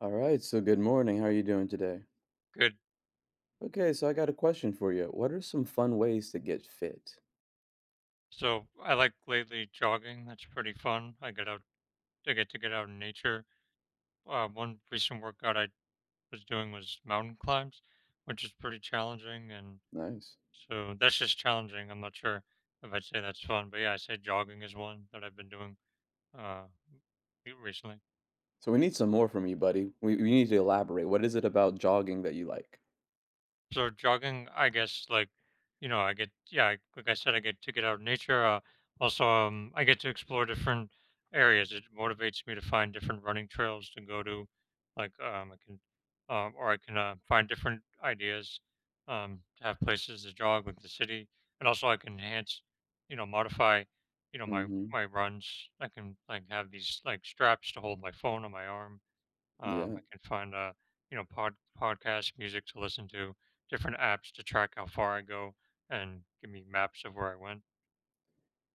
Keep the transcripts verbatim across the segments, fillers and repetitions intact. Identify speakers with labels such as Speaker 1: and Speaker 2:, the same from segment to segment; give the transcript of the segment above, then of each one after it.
Speaker 1: All right, so good morning. How are you doing today?
Speaker 2: Good.
Speaker 1: Okay, so I got a question for you. What are some fun ways to get fit?
Speaker 2: So I like lately jogging. That's pretty fun. I get out. I get to get out in nature. Uh, one recent workout I was doing was mountain climbs, which is pretty challenging. And
Speaker 1: Nice.
Speaker 2: so that's just challenging. I'm not sure if I'd say that's fun, but yeah, I say jogging is one that I've been doing uh re- recently.
Speaker 1: So we need some more from you, buddy. We, we need to elaborate. What is it about jogging that you like?
Speaker 2: So jogging, I guess, like, you know, I get, yeah, I- like I said, I get to get out in nature. Uh, also, um, I get to explore different areas. It motivates me to find different running trails to go to, like, um, I can, um, or I can uh, find different ideas, um, to have places to jog with the city, and also I can enhance, you know, modify, you know, my
Speaker 1: Mm-hmm.
Speaker 2: my runs. I can like have these like straps to hold my phone on my arm. Um,
Speaker 1: Yeah.
Speaker 2: I can find uh, you know, pod podcasts, music to listen to, different apps to track how far I go, and give me maps of where I went.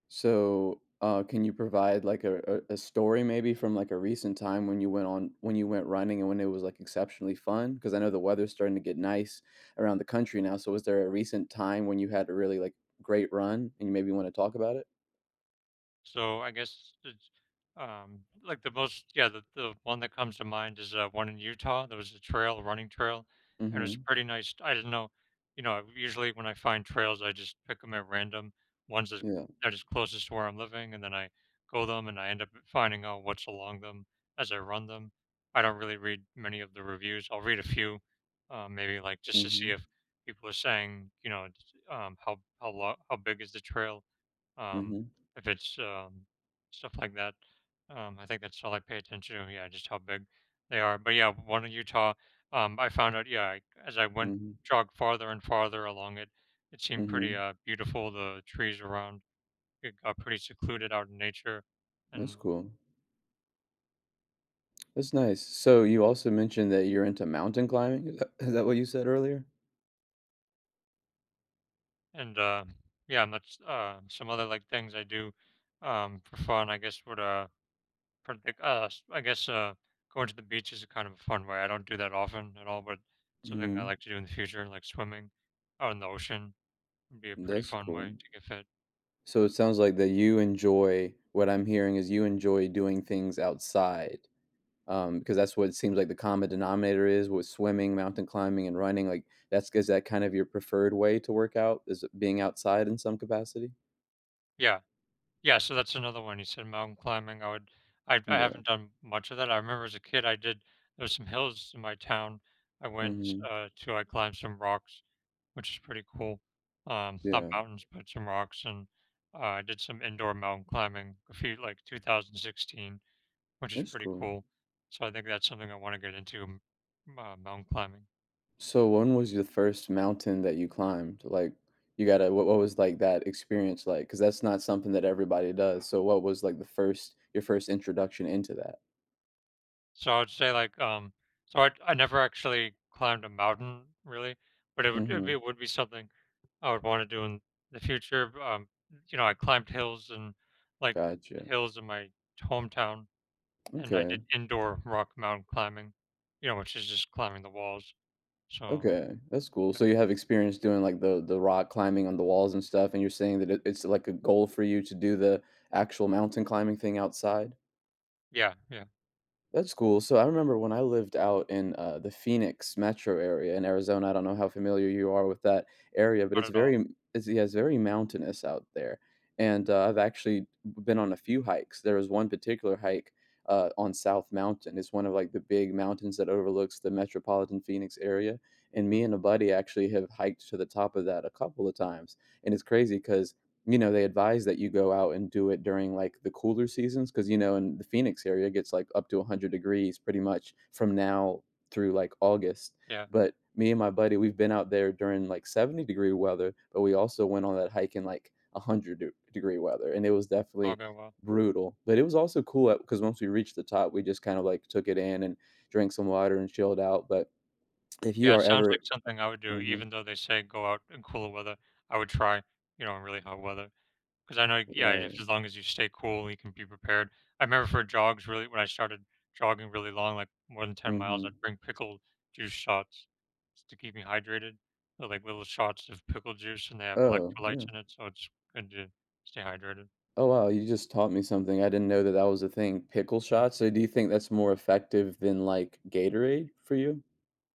Speaker 1: So, uh, can you provide like a, a, a story maybe from like a recent time when you went on when you went running and when it was like exceptionally fun? Because I know the weather's starting to get nice around the country now. So, was there a recent time when you had a really like great run and you maybe want to talk about it?
Speaker 2: So I guess it's, um, like the most, yeah, the, the one that comes to mind is uh, one in Utah. There was a trail, a running trail, and it was
Speaker 1: Mm-hmm.
Speaker 2: pretty nice. I didn't know, you know, usually when I find trails, I just pick them at random, ones that
Speaker 1: Yeah.
Speaker 2: that is closest to where I'm living, and then I go them and I end up finding out what's along them as I run them. I don't really read many of the reviews. I'll read a few, uh, maybe like just to
Speaker 1: Mm-hmm.
Speaker 2: see if people are saying, you know, um, how how lo- how big is the trail, um,
Speaker 1: Mhm,
Speaker 2: if it's um, stuff like that. Um, I think that's all I pay attention to. Yeah, just how big they are. But yeah, one in Utah, um, I found out. Yeah, I, as I went
Speaker 1: mhm,
Speaker 2: jog farther and farther along it, it seemed pretty
Speaker 1: mhm.
Speaker 2: uh, beautiful. The trees around it got pretty secluded out in nature,
Speaker 1: That's
Speaker 2: and
Speaker 1: cool. That's nice. So you also mentioned that you're into mountain climbing. Is that is that what you said earlier?
Speaker 2: and uh, yeah, and that's uh, some other like things I do um, for fun. I guess would uh, For the uh, s- I guess uh, Going to the beach is a kind of a fun way. I don't do that often at all, but something I
Speaker 1: Mhm.
Speaker 2: like to do in the future, like swimming out in the ocean, would be a pretty
Speaker 1: That's
Speaker 2: fun way
Speaker 1: cool.
Speaker 2: to get fit.
Speaker 1: So it sounds like that you enjoy what I'm hearing is you enjoy doing things outside. Um, because that's what it seems like the common denominator is with swimming, mountain climbing, and running. Like that's is that kind of your preferred way to work out? Is being outside in some capacity?
Speaker 2: Yeah, yeah. So that's another one. You said mountain climbing. I would. I I
Speaker 1: Yeah.
Speaker 2: haven't done much of that. I remember as a kid, I did. There was some hills in my town. I went
Speaker 1: Mhm.
Speaker 2: uh, to. I climbed some rocks, which is pretty cool. Um, not
Speaker 1: Yeah.
Speaker 2: mountains, but some rocks, and uh, I did some indoor mountain climbing a few like twenty sixteen which is
Speaker 1: That's
Speaker 2: pretty
Speaker 1: cool.
Speaker 2: cool. So I think that's something I want to get into, m- uh, mountain climbing.
Speaker 1: So when was the first mountain that you climbed? Like you gotta what what was like that experience like? Because that's not something that everybody does. So what was like the first your first introduction into that?
Speaker 2: So I would say like um, so I I never actually climbed a mountain really, but it would it,
Speaker 1: Mm-hmm.
Speaker 2: it would be something I would want to do in the future. B- Um, you know, I climbed hills and like
Speaker 1: Gotcha.
Speaker 2: hills in my hometown, and I did
Speaker 1: Okay.
Speaker 2: indoor rock mountain climbing, you know, which is just climbing the walls. So
Speaker 1: Okay. That's cool. So you have experience doing like the the rock climbing on the walls and stuff, and you're saying that it, it's like a goal for you to do the actual mountain climbing thing outside?
Speaker 2: yeah, yeah,
Speaker 1: That's cool. So I remember when I lived out in uh, the Phoenix metro area in Arizona. I don't know how familiar you are with that area, but
Speaker 2: not
Speaker 1: it's
Speaker 2: at all.
Speaker 1: very m- it's, yeah, it's very mountainous out there. And uh, I've actually been on a few hikes. There was one particular hike uh, on South Mountain. It's one of like the big mountains that overlooks the metropolitan Phoenix area. And
Speaker 2: Mm,
Speaker 1: me and a buddy actually have hiked to the top of that a couple of times. And it's crazy because you know, they advise that you go out and do it during, like, the cooler seasons because you know, in the Phoenix area, it gets, like, up to one hundred degrees pretty much from now through, like, August,
Speaker 2: yeah,
Speaker 1: but me and my buddy, we've been out there during, like, seventy degree weather, but we also went on that hike in, like, one hundred de degree weather, and it was
Speaker 2: all
Speaker 1: definitely
Speaker 2: go well.
Speaker 1: brutal, but it was also cool because once we reached the top, we just kind of, like, took it in and drank some water and chilled out, but if you
Speaker 2: Yeah, it
Speaker 1: are
Speaker 2: sounds
Speaker 1: ever
Speaker 2: like something I would do,
Speaker 1: Mhm,
Speaker 2: even though they say go out in cooler weather. I would try, you know, in really hot weather because I know, yeah,
Speaker 1: right,
Speaker 2: if as long as you stay cool, you can be prepared. I remember for jogs, really, when I started jogging really long, like more than ten miles, I'd
Speaker 1: mhm.
Speaker 2: bring pickled juice shots just to keep me hydrated. They're like little shots of pickle juice and they have
Speaker 1: Oh,
Speaker 2: electrolytes
Speaker 1: yeah.
Speaker 2: in it, so it's good to stay hydrated.
Speaker 1: Oh, wow, you just taught me something. I didn't know that that was a thing, pickle shots? So do you think that's more effective than, like, Gatorade for you?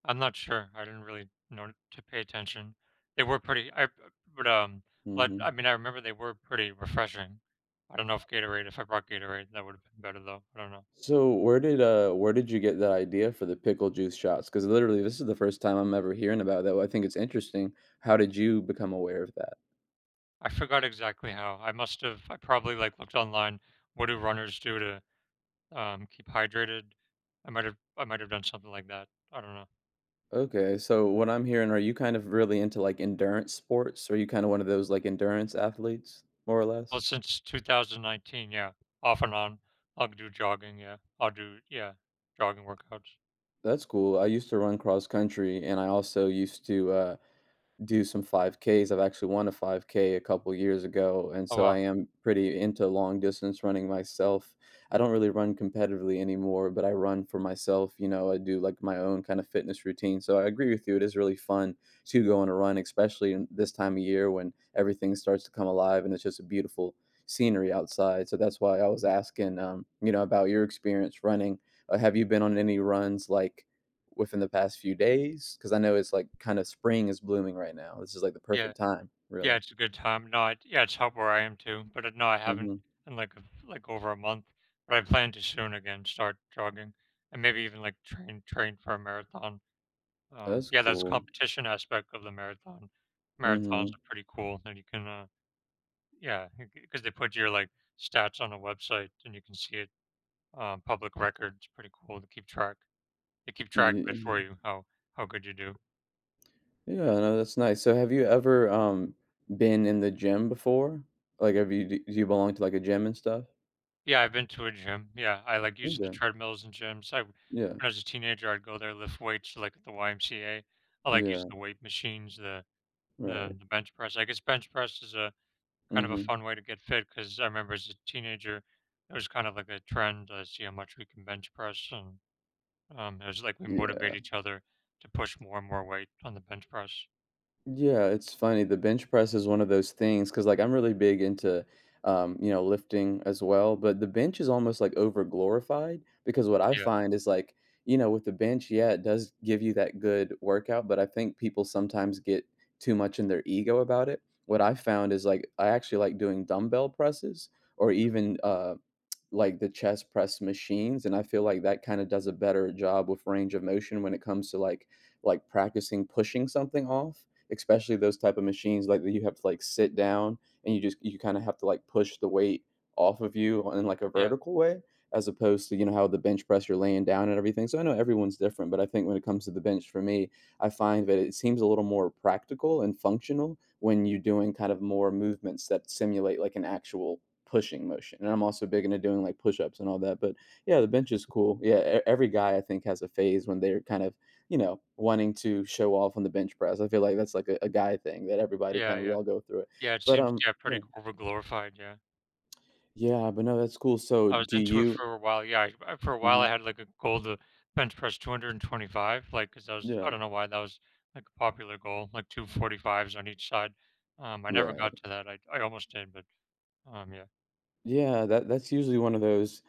Speaker 2: I'm not sure. I didn't really know to pay attention. They were pretty I uh, but, um, Like,
Speaker 1: Mhm.
Speaker 2: I mean, I remember they were pretty refreshing. I don't know if Gatorade if I brought Gatorade, that would've been better, though. I don't know.
Speaker 1: So where did, uh where did you get that idea for the pickle juice shots? Because literally, this is the first time I'm ever hearing about that, well, I think it's interesting. How did you become aware of that?
Speaker 2: I forgot exactly how. I must have I probably, like, looked online, what do runners do to, um, keep hydrated? I might have I might have done something like that. I don't know.
Speaker 1: Okay, so what I'm hearing, are you kind of really into, like, endurance sports? Are you kinda one of those, like, endurance athletes, more or
Speaker 2: Well,
Speaker 1: less?
Speaker 2: since two thousand nineteen, yeah, off and on, I'll do jogging, yeah. I'll do yeah, jogging workouts.
Speaker 1: That's cool. I used to run cross country, and I also used to, uh do some five Ks. I've actually won a five K a couple years ago, and
Speaker 2: Oh,
Speaker 1: so
Speaker 2: wow.
Speaker 1: I am pretty into long distance running myself. I don't really run competitively anymore, but I run for myself. You know, I do like my own kind of fitness routine. So I agree with you. It is really fun to go on a run, especially in this time of year when everything starts to come alive and it's just a beautiful scenery outside. So that's why I was asking, um, you know, about your experience running. Uh, have you been on any runs like within the past few days? Because I know it's like kind of spring is blooming right now. This is like the
Speaker 2: Yeah.
Speaker 1: perfect time,
Speaker 2: Yeah,
Speaker 1: really.
Speaker 2: it's a good time. No, I, yeah, It's hot where I am too, but uh, no, I haven't
Speaker 1: Mhm.
Speaker 2: in like a, like over a month. But I plan to soon again start jogging and maybe even like train train for a marathon. Um,
Speaker 1: That's
Speaker 2: yeah, that's
Speaker 1: cool.
Speaker 2: competition aspect of the marathon. Marathons
Speaker 1: Mhm.
Speaker 2: are pretty cool, and you can uh, yeah, because they put your like stats on a website and you can see it. Um, public records. Pretty cool to keep track. They keep track of
Speaker 1: Yeah.
Speaker 2: it for you how how good you do.
Speaker 1: Yeah, no, that's nice. So have you ever um been in the gym before? Like have you do you belong to like a gym and stuff?
Speaker 2: Yeah, I've been to a gym. Yeah, I like using the
Speaker 1: Okay.
Speaker 2: treadmills and gyms. I when
Speaker 1: Yeah.
Speaker 2: I was a teenager, I'd go there, lift weights like at the Y M C A. I like using
Speaker 1: Yeah.
Speaker 2: the weight machines, the
Speaker 1: Right.
Speaker 2: the, the bench press. I guess bench press is a kind of a
Speaker 1: Mhm.
Speaker 2: fun way to get fit because I remember as a teenager, it was kind of like a trend uh, to see how much we can bench press, and um, it was like we motivate
Speaker 1: Yeah.
Speaker 2: each other to push more and more weight on the bench press.
Speaker 1: Yeah, it's funny. The bench press is one of those things because, like, I'm really big into, um, you know, lifting as well. But the bench is almost like over glorified because what I
Speaker 2: Yeah,
Speaker 1: find is like, you know, with the bench, yeah, it does give you that good workout. But I think people sometimes get too much in their ego about it. What I found is like, I actually like doing dumbbell presses or
Speaker 2: mhm,
Speaker 1: even, uh, like the chest press machines, and I feel like that kind of does a better job with range of motion when it comes to like like practicing pushing something off, especially those type of machines like that you have to like sit down, and you just you kind of have to like push the weight off of you in like a
Speaker 2: yeah,
Speaker 1: vertical way, as opposed to you know how the bench press you're laying down and everything. So I know everyone's different, but I think when it comes to the bench for me, I find that it seems a little more practical and functional when you're doing kind of more movements that simulate like an actual pushing motion. And I'm also big into doing like push ups and all that. But yeah, the bench is
Speaker 2: mhm,
Speaker 1: cool. Yeah, e- every guy I think has a phase when they're kind of, you know, wanting to show off on the bench press. I feel like that's like a, a guy thing that everybody
Speaker 2: yeah,
Speaker 1: kind of, we
Speaker 2: yeah,
Speaker 1: all go through it.
Speaker 2: yeah. It
Speaker 1: But
Speaker 2: seems
Speaker 1: um,
Speaker 2: yeah pretty
Speaker 1: yeah,
Speaker 2: over glorified. Yeah.
Speaker 1: yeah, but no, that's cool. So
Speaker 2: I was
Speaker 1: do
Speaker 2: into it
Speaker 1: you,
Speaker 2: for a while. Yeah, I I- for a while, I
Speaker 1: mhm,
Speaker 2: had, like, a goal to bench press two hundred twenty-five, like, cause that was I
Speaker 1: yeah,
Speaker 2: don't know why that was, like, a popular goal, like, two forty-fives on each side. Um, I never
Speaker 1: right.
Speaker 2: got to that. I I almost did, but, um, yeah.
Speaker 1: Yeah, that that's usually one of those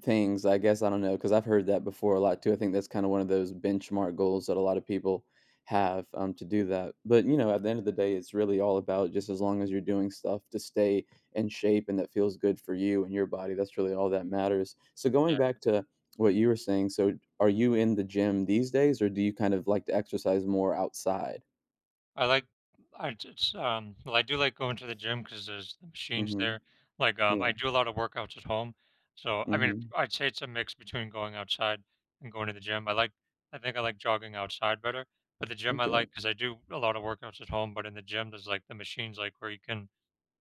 Speaker 1: things, I guess, I don't know, because I've heard that before a lot too. I think that's kind of one of those benchmark goals that a lot of people have um, to do that. But, you know, at the end of the day, it's really all about just as long as you're doing stuff to stay in shape and that feels good for you and your body, that's really all that matters. So, going back to what you were saying, so are you in the gym these days or do you kind of like to exercise more outside?
Speaker 2: I like I It's it's, um, well, I do like going to the gym because there's the machines
Speaker 1: Mm-hmm.
Speaker 2: there. Like, um, I
Speaker 1: Yeah.
Speaker 2: do a lot of workouts at home, so, I mean,
Speaker 1: Mm-hmm.
Speaker 2: I'd say it's a mix between going outside and going to the gym. I like I think I like jogging outside better, but the gym I
Speaker 1: Okay.
Speaker 2: like because I do a lot of workouts at home, but in the gym, there's, like, the machines, like, where you can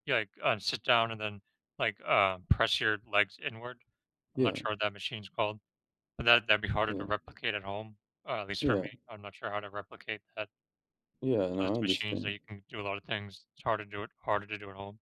Speaker 2: you, like, uh, sit down and then, like, uh, press your legs inward. I'm not
Speaker 1: Yeah.
Speaker 2: sure what that machine's called, but that that'd be harder to
Speaker 1: Yeah.
Speaker 2: replicate at home, uh, at least for me.
Speaker 1: Yeah.
Speaker 2: I'm not sure how to replicate that
Speaker 1: Yeah.
Speaker 2: those
Speaker 1: No, I
Speaker 2: machines that
Speaker 1: understand.
Speaker 2: you can do a lot of things. It's harder to do it harder to do at home.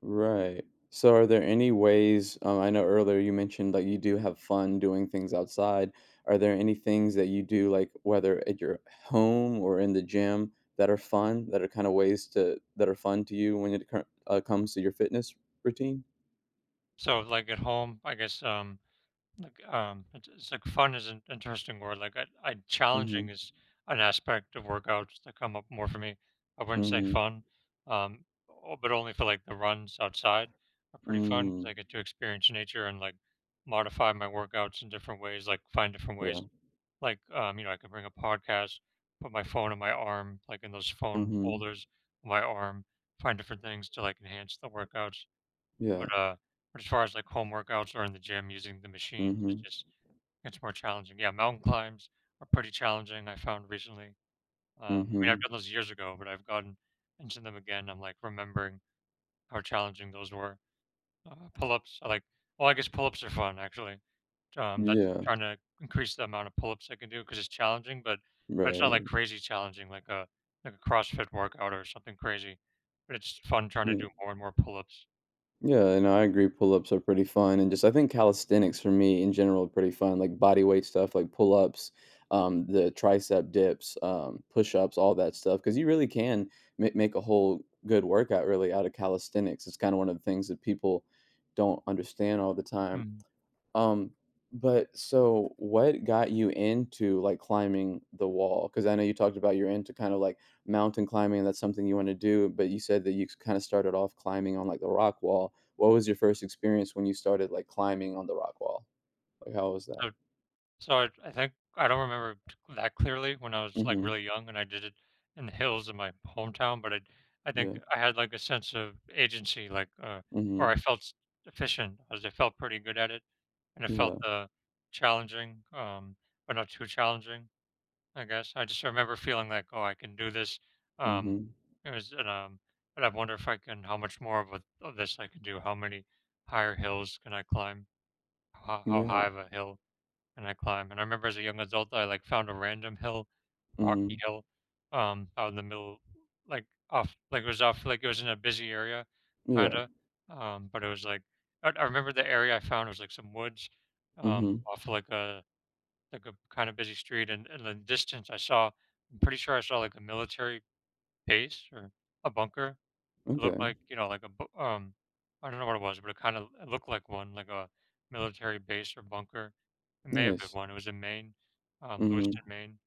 Speaker 1: Right. So are there any ways, um, I know earlier you mentioned like you do have fun doing things outside. Are there any things that you do like whether at your home or in the gym that are fun, that are kind of ways to that are fun to you when it cur- uh, comes to your fitness routine?
Speaker 2: So like at home, I guess um like um it's, it's like fun is an interesting word. Like I, I challenging
Speaker 1: Mhm.
Speaker 2: is an aspect of workouts that come up more for me. I wouldn't say
Speaker 1: Mhm.
Speaker 2: fun, um, o- but only for like the runs outside are pretty fun because
Speaker 1: Mm.
Speaker 2: I get to experience nature and like modify my workouts in different ways, like find different ways.
Speaker 1: Yeah.
Speaker 2: Like, um, you know, I can bring a podcast, put my phone on my arm, like in those phone
Speaker 1: Mhm.
Speaker 2: holders on my arm, find different things to like enhance the workouts.
Speaker 1: Yeah.
Speaker 2: But uh, but as far as like home workouts or in the gym using the machines, it
Speaker 1: Mhm.
Speaker 2: just gets more challenging. Yeah, mountain climbs are pretty challenging. I found recently. Um, I mean, I've
Speaker 1: Mhm.
Speaker 2: done those years ago, but I've gotten into them again. I'm like remembering how challenging those were. Uh, pull ups, I like. Well, I guess pull ups are fun actually. Um, that's
Speaker 1: Yeah.
Speaker 2: trying to increase the amount of pull-ups I can do because it's challenging, but but it's not
Speaker 1: Right.
Speaker 2: like crazy challenging, like a like a CrossFit workout or something crazy. But it's fun trying to
Speaker 1: Yeah.
Speaker 2: do more and more pull-ups.
Speaker 1: Yeah, and I agree. Pull ups are pretty fun, and just I think calisthenics for me in general are pretty fun. Like body weight stuff, like pull ups, um, the tricep dips, um, push ups, all that stuff. Because you really can ma- make a whole good workout really out of calisthenics. It's kind of one of the things that people don't understand all the time.
Speaker 2: Mm.
Speaker 1: Um, but so what got you into, like, climbing the wall? Because I know you talked about you're into kind of, like, mountain climbing, and that's something you wanna do, but you said that you kinda started off climbing on, like, the rock wall. What was your first experience when you started, like, climbing on the rock wall? Like, how was that?
Speaker 2: So so I, I think I don't remember t- that clearly when I was like
Speaker 1: Mhm.
Speaker 2: really young and I did it in the hills in my hometown, but I I
Speaker 1: Yeah.
Speaker 2: think I had like a sense of agency, like uh, or I
Speaker 1: Mhm.
Speaker 2: felt s- efficient as I felt pretty good at it, and it felt
Speaker 1: Yeah.
Speaker 2: uh challenging, um, but not too challenging. I guess. I just remember feeling like, "Oh, I can do this." Um,
Speaker 1: Mhm.
Speaker 2: it was, and, um, but I wonder if I can, how much more of, a, of this I can do. How many higher hills can I climb? How, how high
Speaker 1: Yeah.
Speaker 2: of a hill can I climb? And I remember as a young adult, I like found a random hill, rocky
Speaker 1: Mhm.
Speaker 2: hill, um, out in the middle, like off, like it was off, like it was in a busy area, kind
Speaker 1: Yeah.
Speaker 2: of. Um, but it was like, I, I remember the area I found was like some woods, um,
Speaker 1: Mhm.
Speaker 2: off like a like a kind of busy street, and in the distance, I saw. I'm pretty sure I saw like a military base or a bunker. It looked
Speaker 1: Okay.
Speaker 2: like you know, like a bu- um, I don't know what it was, but it kind of it looked like one, like a military base or bunker. It may have been
Speaker 1: Nice.
Speaker 2: one. It was in Maine, um,
Speaker 1: Mhm.
Speaker 2: Lewiston, Maine.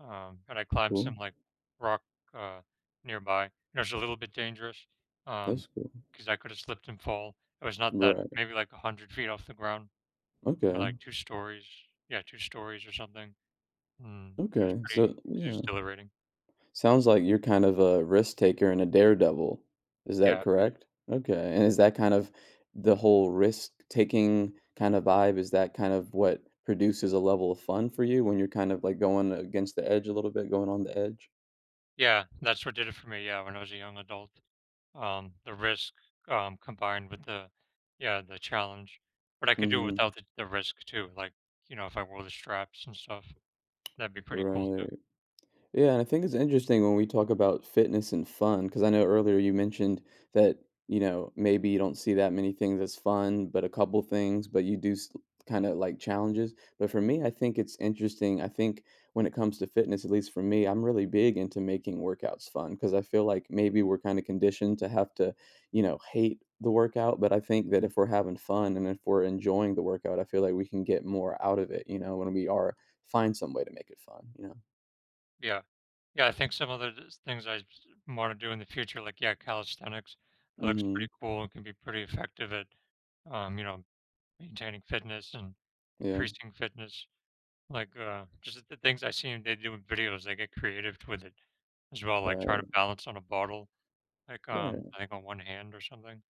Speaker 2: Um, and I climbed
Speaker 1: Cool.
Speaker 2: some like rock uh, nearby. And it was a little bit dangerous um,
Speaker 1: That's cool.
Speaker 2: because I could have slipped and fall. It was not that
Speaker 1: Right.
Speaker 2: maybe like a hundred feet off the ground or
Speaker 1: Okay.
Speaker 2: like two stories. Yeah, two stories or something. Mm, it was
Speaker 1: Okay.
Speaker 2: pretty
Speaker 1: So yeah.
Speaker 2: exhilarating.
Speaker 1: Sounds like you're kind of a risk taker and a daredevil. Is that
Speaker 2: Yeah.
Speaker 1: correct? Okay. And is that kind of the whole risk taking kind of vibe? Is that kind of what produces a level of fun for you when you're kind of like going against the edge a little bit, going on the edge?
Speaker 2: Yeah, that's what did it for me, yeah, when I was a young adult. Um, the risk, um, combined with the yeah, the challenge. But I could do it
Speaker 1: Hmm.
Speaker 2: without the, the risk too, like, you know, if I wore the straps and stuff, that'd be pretty cool too.
Speaker 1: Right. Yeah, and I think it's interesting when we talk about fitness and fun, because I know earlier you mentioned that, you know, maybe you don't see that many things as fun, but a couple things, but you do kind of like challenges. But for me, I think it's interesting. I think when it comes to fitness, at least for me, I'm really big into making workouts fun because I feel like maybe we're kind of conditioned to have to, you know, hate the workout. But I think that if we're having fun and if we're enjoying the workout, I feel like we can get more out of it, you know, when we are find some way to make it fun, you know.
Speaker 2: Yeah. Yeah, I think some other s- things I want to do in the future, like, yeah, calisthenics, that looks
Speaker 1: Hmm.
Speaker 2: pretty cool and can be pretty effective at, um, you know, maintaining fitness and
Speaker 1: Yeah,
Speaker 2: increasing fitness. Like, uh, just the things I seen they do in videos, they get creative with it as well, like trying to
Speaker 1: right,
Speaker 2: balance on a bottle, like, um,
Speaker 1: right.
Speaker 2: I think on one hand or something,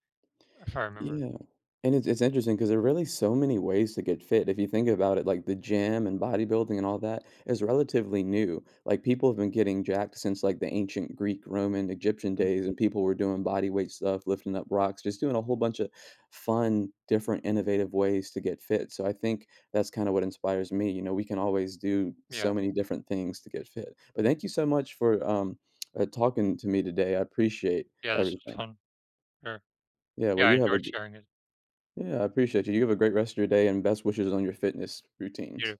Speaker 2: if I remember.
Speaker 1: Yeah. And it's it's interesting because there are really so many ways to get fit. If you think about it, like, the gym and bodybuilding and all that is relatively new. Like, people have been getting jacked since, like, the ancient Greek, Roman, Egyptian
Speaker 2: Mm.
Speaker 1: days, and people were doing bodyweight stuff, lifting up rocks, just doing a whole bunch of fun, different, innovative ways to get fit. So I think that's kinda what inspires me, you know, we can always do
Speaker 2: Yeah.
Speaker 1: so many different things to get fit. But thank you so much for, um, uh, talking to me today. I appreciate
Speaker 2: Yeah, this was
Speaker 1: everything.
Speaker 2: fun. Sure.
Speaker 1: Yeah, well,
Speaker 2: Yeah, I
Speaker 1: you have a
Speaker 2: enjoyed
Speaker 1: g
Speaker 2: sharing it.
Speaker 1: yeah, I appreciate you. You have a great rest of your day and best wishes on your fitness
Speaker 2: You
Speaker 1: routines.
Speaker 2: too.